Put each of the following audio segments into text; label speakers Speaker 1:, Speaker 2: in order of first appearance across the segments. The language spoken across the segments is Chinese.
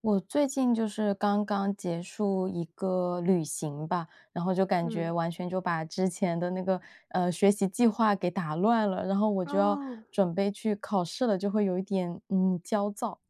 Speaker 1: 我最近就是刚刚结束一个旅行吧，然后就感觉
Speaker 2: 嗯，
Speaker 1: 完全就把之前的那个学习计划给打乱了，然后我就要
Speaker 2: 哦，
Speaker 1: 准备去考试了，就会有一点焦躁，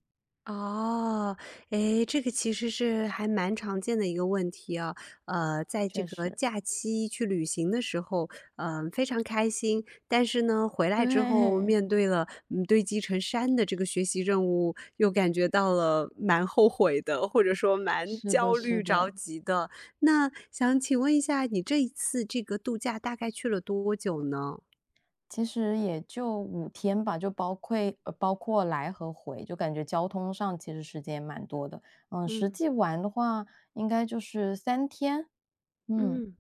Speaker 2: 哦，诶，这个其实是还蛮常见的一个问题啊。在这
Speaker 1: 确
Speaker 2: 个
Speaker 1: 实，
Speaker 2: 假期去旅行的时候，非常开心，但是呢，回来之后
Speaker 1: 对，
Speaker 2: 面对了堆积成山的这个学习任务，又感觉到了蛮后悔的，或者说 蛮
Speaker 1: 是的，
Speaker 2: 焦
Speaker 1: 是
Speaker 2: 虑着
Speaker 1: 的，
Speaker 2: 急的。那想请问一下，你这一次这个度假大概去了多久呢？
Speaker 1: 其实也就五天吧，就包括来和回，就感觉交通上其实时间也蛮多的，嗯，实
Speaker 2: 嗯
Speaker 1: 际玩的话应该就是三天，嗯，
Speaker 2: 嗯。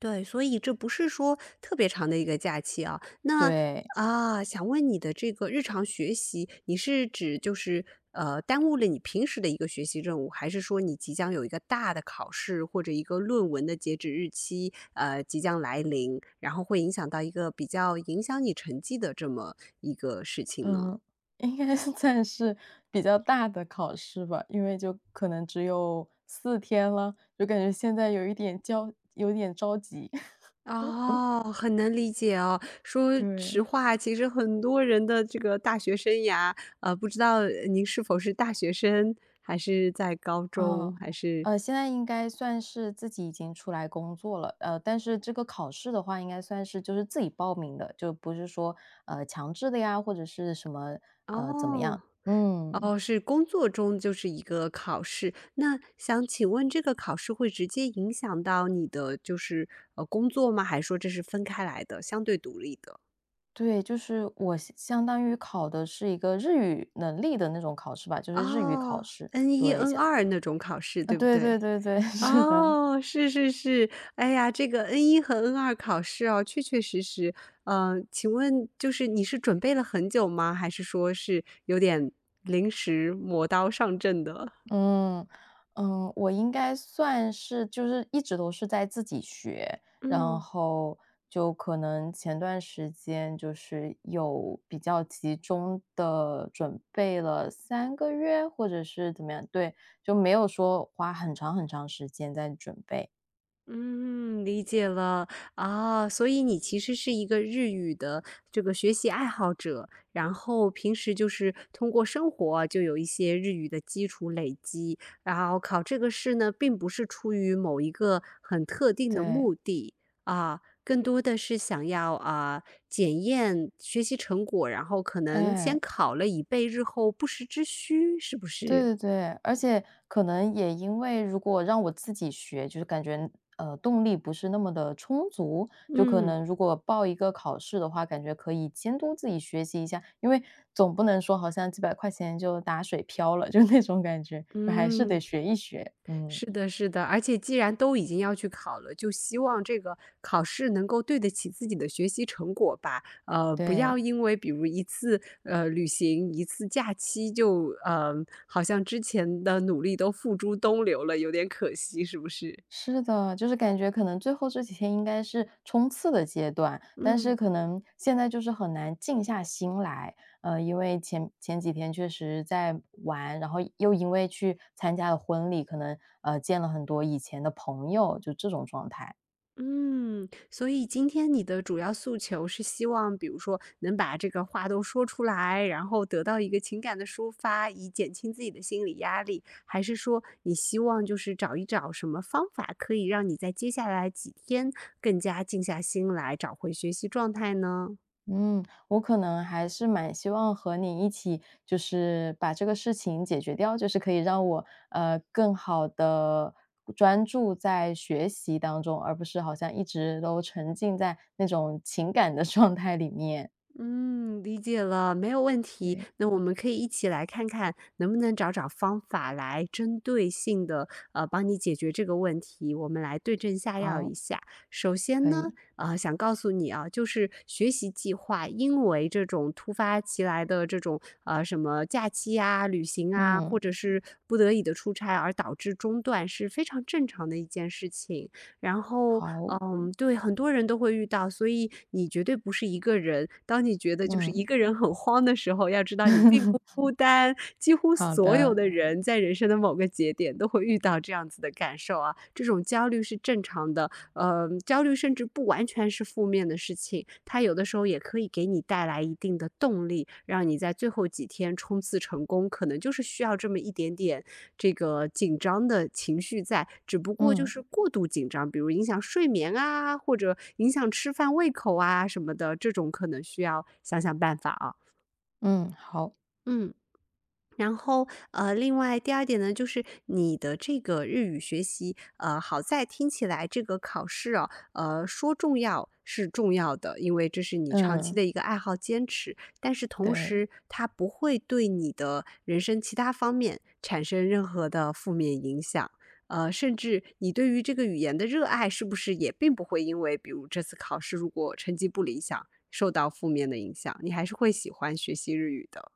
Speaker 2: 对，所以这不是说特别长的一个假期啊。那
Speaker 1: 对。
Speaker 2: 想问你的这个日常学习，你是指就是耽误了你平时的一个学习任务，还是说你即将有一个大的考试或者一个论文的截止日期即将来临，然后会影响到一个比较影响你成绩的这么一个事情呢？
Speaker 1: 嗯，应该是算是比较大的考试吧，因为就可能只有四天了，就感觉现在有一点有点着急。
Speaker 2: 哦，很能理解哦。说实
Speaker 1: 对。
Speaker 2: 话，其实很多人的这个大学生涯，不知道您是否是大学生，还是在高
Speaker 1: 啊，
Speaker 2: 中，还是。
Speaker 1: 现在应该算是自己已经出来工作了，呃，但是这个考试的话应该算是就是自己报名的，就不是说，强制的呀，或者是什么，怎么样。
Speaker 2: 哦
Speaker 1: 嗯，
Speaker 2: 哦，是工作中就是一个考试。那想请问，这个考试会直接影响到你的就是工作吗？还是说这是分开来的，相对独立的？
Speaker 1: 对，就是我相当于考的是一个日语能力的那种考试吧，就是日语考
Speaker 2: 哦
Speaker 1: 试。
Speaker 2: ，N 一、N 二那种考试，
Speaker 1: 啊，
Speaker 2: 对不
Speaker 1: 对
Speaker 2: 对？
Speaker 1: 对对对，是的，
Speaker 2: 哦，是是是。哎呀，这个 n 一和 n2考试哦，确确实实。嗯，请问就是你是准备了很久吗？还是说是有点临时磨刀上阵的？
Speaker 1: 嗯，嗯，我应该算是就是一直都是在自己学，然
Speaker 2: 嗯。
Speaker 1: 后就可能前段时间就是有比较集中的准备了三个月，或者是怎么样，对，就没有说花很长很长时间在准备，
Speaker 2: 嗯，理解了。啊，所以你其实是一个日语的这个学习爱好者，然后平时就是通过生活就有一些日语的基础累积，然后考这个试呢，并不是出于某一个很特定的
Speaker 1: 对，
Speaker 2: 目的，啊，更多的是想要，啊，检验学习成果，然后可能
Speaker 1: 哎。
Speaker 2: 先考了以备日后不时之需，是不
Speaker 1: 对
Speaker 2: 是？
Speaker 1: 对对，而且可能也因为如果让我自己学，就是感觉动力不是那么的充足，就可
Speaker 2: 嗯，
Speaker 1: 能如果报一个考试的话，感觉可以监督自己学习一下，因为总不能说好像几百块钱就打水漂了，就那种感觉，就还是得
Speaker 2: 嗯。
Speaker 1: 学一学。嗯，
Speaker 2: 是的，是的，而且既然都已经要去考了，就希望这个考试能够对得起自己的学习成果吧。不要
Speaker 1: 对。
Speaker 2: 因为比如一次旅行、一次假期就好像之前的努力都付诸东流了，有点可惜，是不是？
Speaker 1: 是的，就是感觉可能最后这几天应该是冲刺的阶段，但
Speaker 2: 嗯。
Speaker 1: 是可能现在就是很难静下心来，因为前几天确实在玩，然后又因为去参加了婚礼，可能见了很多以前的朋友，就这种状态。
Speaker 2: 嗯，所以今天你的主要诉求是希望，比如说能把这个话都说出来，然后得到一个情感的抒发，以减轻自己的心理压力，还是说你希望就是找一找什么方法可以让你在接下来几天更加静下心来，找回学习状态呢？
Speaker 1: 嗯，我可能还是蛮希望和你一起，就是把这个事情解决掉，就是可以让我更好的专注在学习当中，而不是好像一直都沉浸在那种情感的 状态里面。
Speaker 2: 嗯，理解了，没有问题。
Speaker 1: 对，
Speaker 2: 那我们可以一起来看看，能不能找找方法来针对性的，帮你解决这个问题。我们来对症下药一
Speaker 1: 好，
Speaker 2: 下。首先
Speaker 1: 可
Speaker 2: 呢，
Speaker 1: 以，
Speaker 2: 想告诉你啊，就是学习计划，因为这种突发奇来的这种什么假期啊、旅行啊，或
Speaker 1: 嗯，
Speaker 2: 者是不得已的出差而导致中断，是非常正常的一件事情。然后，
Speaker 1: 好，
Speaker 2: 嗯，对，很多人都会遇到，所以你绝对不是一个人。当你觉得就是
Speaker 1: 嗯，
Speaker 2: 一个人很慌的时候，要知道你并不 孤单，几乎
Speaker 1: 好
Speaker 2: 所有
Speaker 1: 的，
Speaker 2: 的人在人生的某个节点都会遇到这样子的感受啊，这种焦虑是正常的。焦虑甚至不完全是负面的事情，它有的时候也可以给你带来一定的动力，让你在最后几天冲刺成功。可能就是需要这么一点点这个紧张的情绪在，只不过就
Speaker 1: 嗯
Speaker 2: 是过度紧张，比如影响睡眠啊，或者影响吃饭胃口啊什么的，这种可能需要想想办法啊。
Speaker 1: 嗯，好，
Speaker 2: 嗯。然后，呃，另外第二点呢，就是你的这个日语学习，好在听起来这个考试哦，说重要是重要的，因为这是你长期
Speaker 1: 嗯，
Speaker 2: 的一个爱好坚持，但是同
Speaker 1: 对。
Speaker 2: 时它不会对你的人生其他方面产生任何的负面影响。甚至你对于这个语言的热爱，是不是也并不会因为，比如这次考试如果成绩不理想，受到负面的影响，你还是会喜欢学习日语的。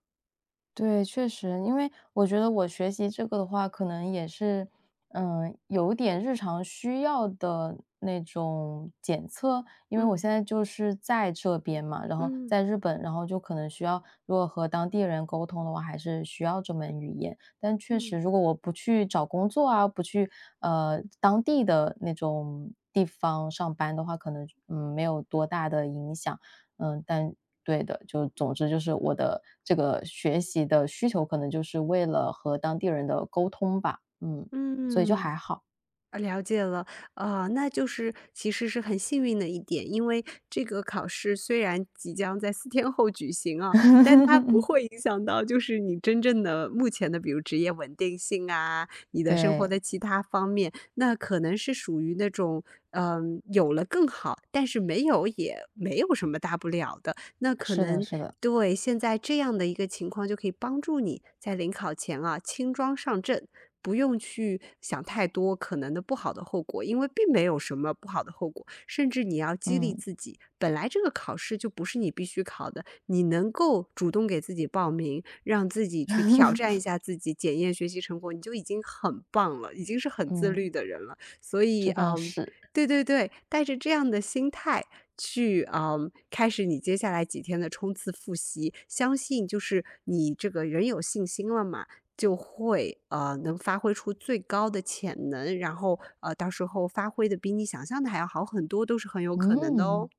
Speaker 1: 对，确实，因为我觉得我学习这个的话，可能也是，有点日常需要的那种检测。因为我
Speaker 2: 嗯
Speaker 1: 现在就是在这边嘛，然后
Speaker 2: 嗯。
Speaker 1: 在日本，然后就可能需要，如果和当地人沟通的话，还是需要这门语言。但确实，
Speaker 2: 嗯
Speaker 1: 如果我不去找工作啊，不去当地的那种地方上班的话，可能没有多大的影响。嗯，但对的，就总之就是我的这个学习的需求可能就是为了和当地人的沟通吧，嗯，所以就
Speaker 2: 嗯，
Speaker 1: 还好。
Speaker 2: 啊了解了。啊，那就是其实是很幸运的一点，因为这个考试虽然即将在4天后举行啊，但它不 会影响到就是你真正的目前的比如职业稳定性啊，你的生活
Speaker 1: 对，
Speaker 2: 的其他方面。那可能是属于那种，嗯，有了更好，但是没有也没有什么大不了的。那可
Speaker 1: 是的
Speaker 2: 能
Speaker 1: 是的，
Speaker 2: 对，现在这样的一个情况就可以帮助你在临考前啊轻装上阵，不用去想太多可能的不好的后果，因为并没有什么不好的后果。甚至你要激励
Speaker 1: 嗯
Speaker 2: 自己，本来这个考试就不是你必须考的，你能够主动给自己报名，让自己去挑战一 下自己，检验学习成果，你就已经很棒了，已经是很自律
Speaker 1: 嗯，
Speaker 2: 的人了。所以，
Speaker 1: 这倒
Speaker 2: 嗯，
Speaker 1: 是，
Speaker 2: 对对对，带着这样的心态去，嗯，开始你接下来几天的冲刺复习，相信就是你这个人有信心了嘛，就会，能发挥出最高的潜能，然后，到时候发挥的比你想象的还要好很多，都是很有可能的哦。
Speaker 1: 嗯，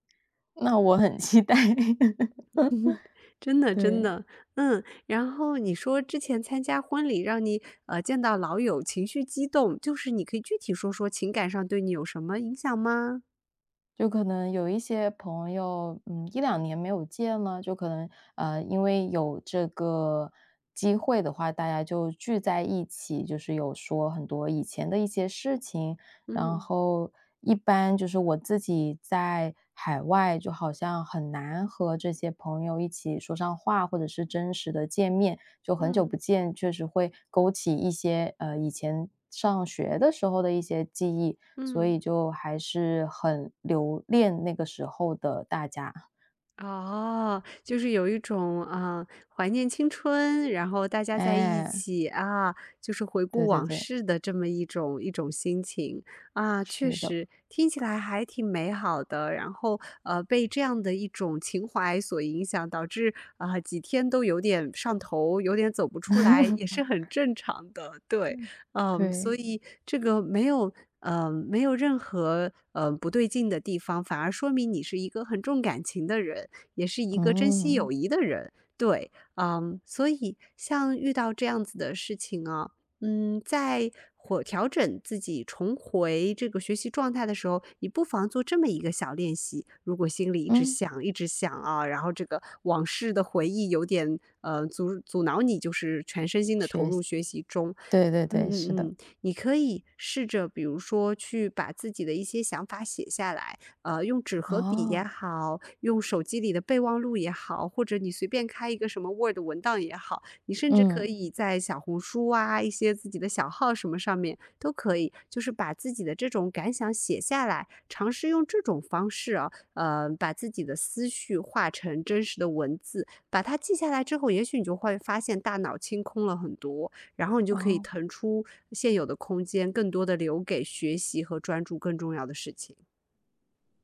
Speaker 1: 那我很期待。
Speaker 2: 真的真
Speaker 1: 对。
Speaker 2: 的，嗯。然后你说之前参加婚礼让你，见到老友情绪激动，就是你可以具体说说情感上对你有什么影响吗？
Speaker 1: 就可能有一些朋友，一两年没有见了，就可能，因为有这个机会的话，大家就聚在一起，就是有说很多以前的一些事情。然
Speaker 2: 嗯
Speaker 1: 后一般就是我自己在海外，就好像很难和这些朋友一起说上话，或者是真实的见面，就很久
Speaker 2: 嗯，
Speaker 1: 不见，确实会勾起一些，以前上学的时候的一些记忆。所
Speaker 2: 嗯。
Speaker 1: 以就还是很留恋那个时候的大家。
Speaker 2: 哦，就是有一种，啊，怀念青春，然后大家在一
Speaker 1: 哎，
Speaker 2: 起，啊，就是回顾
Speaker 1: 对对
Speaker 2: 往
Speaker 1: 对，
Speaker 2: 事的这么一种心情。啊，确
Speaker 1: 是的。
Speaker 2: 实听起来还挺美好的，然后，被这样的一种情怀所影响，导致，啊，几天都有点上头，有点走不出来，也是 很正常的，对。
Speaker 1: 嗯。
Speaker 2: 嗯，
Speaker 1: 对，
Speaker 2: 所以这个没有没有任何，不对劲的地方，反而说明你是一个很重感情的人。也是一个珍惜
Speaker 1: 嗯，
Speaker 2: 友谊的人。对，嗯，所以像遇到这样子的事情啊，调整自己重回这个学习状态的时候，你不妨做这么一个小练习。如果心里一直
Speaker 1: 嗯，
Speaker 2: 想，一直想啊，然后这个往事的回忆有点阻挠你，就是全身心的投
Speaker 1: 学
Speaker 2: 入
Speaker 1: 习，
Speaker 2: 学习中。
Speaker 1: 对对
Speaker 2: 嗯
Speaker 1: 对，是
Speaker 2: 嗯
Speaker 1: 的。
Speaker 2: 嗯，你可以试着，比如说去把自己的一些想法写下来，用纸和笔也
Speaker 1: 哦，
Speaker 2: 好，用手机里的备忘录也好，或者你随便开一个什么 Word 文档也好，你甚至可
Speaker 1: 嗯，
Speaker 2: 以在小红书啊，一些自己的小号什么上面都可以，就是把自己的这种感想写下来，尝试用这种方式啊，把自己的思绪化成真实的文字，把它记下来之后，也许你就会发现大脑清空了很多，然后你就可以
Speaker 1: 哦。
Speaker 2: 腾出现有的空间，更多的留给学习和专注更重要的事情。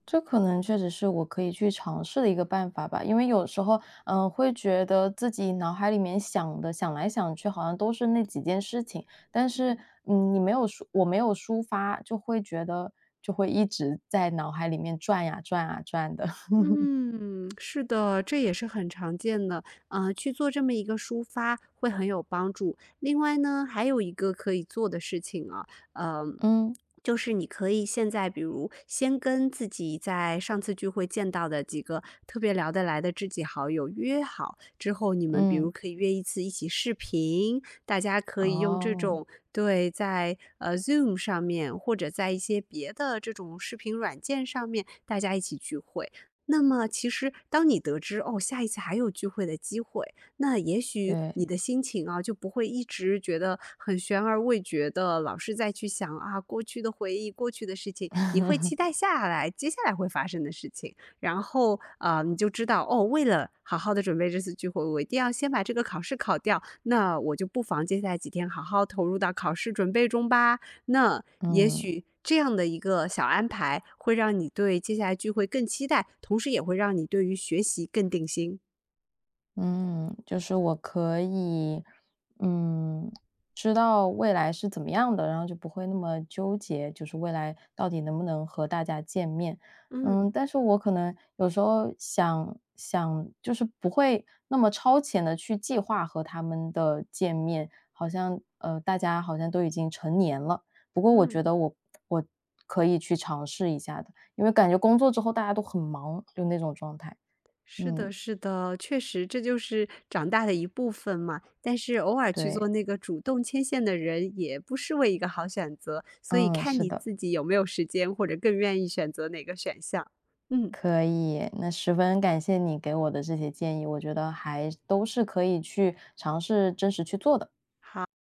Speaker 1: 这可能确实是我可以去尝试的一个办法吧，因为有时候，嗯，会觉得自己脑海里面想的想来想去，好像都是那几件事情，但是，你没有抒我没有抒发，就会觉得就会一直在脑海里面转呀转呀转的，
Speaker 2: 嗯，是的，这也是很常见的，去做这么一个抒发会很有帮助。另外呢，还有一个可以做的事情啊，呃，
Speaker 1: 嗯，
Speaker 2: 就是你可以现在比如先跟自己在上次聚会见到的几个特别聊得来的知己好友约好，之后你们比如
Speaker 1: 嗯，
Speaker 2: 可以约一次一起视频，大家可以用这
Speaker 1: 哦，
Speaker 2: 种对，在Zoom 上面，或者在一些别的这种视频软件上面，大家一起聚会。那么其实当你得知，哦，下一次还有聚会的机会，那也许
Speaker 1: 对，
Speaker 2: 你的心情啊，就不会一直觉得很悬而未决的，老是在去想啊，过去的回忆、过去的事情，你会期 待接下来会发生的事情。然后，啊，你就知道，哦，为了好好的准备这次聚会，我一定要先把这个考试考掉，那我就不妨接下来几天好好投入到考试准备中吧。那也
Speaker 1: 嗯。
Speaker 2: 许这样的一个小安排，会让你对接下来聚会更期待，同时也会让你对于学习更定心。
Speaker 1: 嗯，就是我可以，嗯，知道未来是怎么样的，然后就不会那么纠结，就是未来到底能不能和大家见面。
Speaker 2: 嗯
Speaker 1: 嗯，但是我可能有时候想想，就是不会那么超前的去计划和他们的见面，好像大家好像都已经成年了。不过我觉
Speaker 2: 嗯。
Speaker 1: 得我可以去尝试一下的，因为感觉工作之后大家都很忙，就那种状态。
Speaker 2: 是
Speaker 1: 嗯，
Speaker 2: 的，是的，确实，这就是长大的一部分嘛。但是偶尔去做
Speaker 1: 对，
Speaker 2: 那个主动牵线的人，也不失为一个好选择。所以
Speaker 1: 嗯，
Speaker 2: 看
Speaker 1: 是
Speaker 2: 你
Speaker 1: 的。
Speaker 2: 自己有没有时间，或者更愿意选择哪个选项。嗯。
Speaker 1: 可以，那十分感谢你给我的这些建议，我觉得还都是可以去尝试真实去做的。
Speaker 2: 好。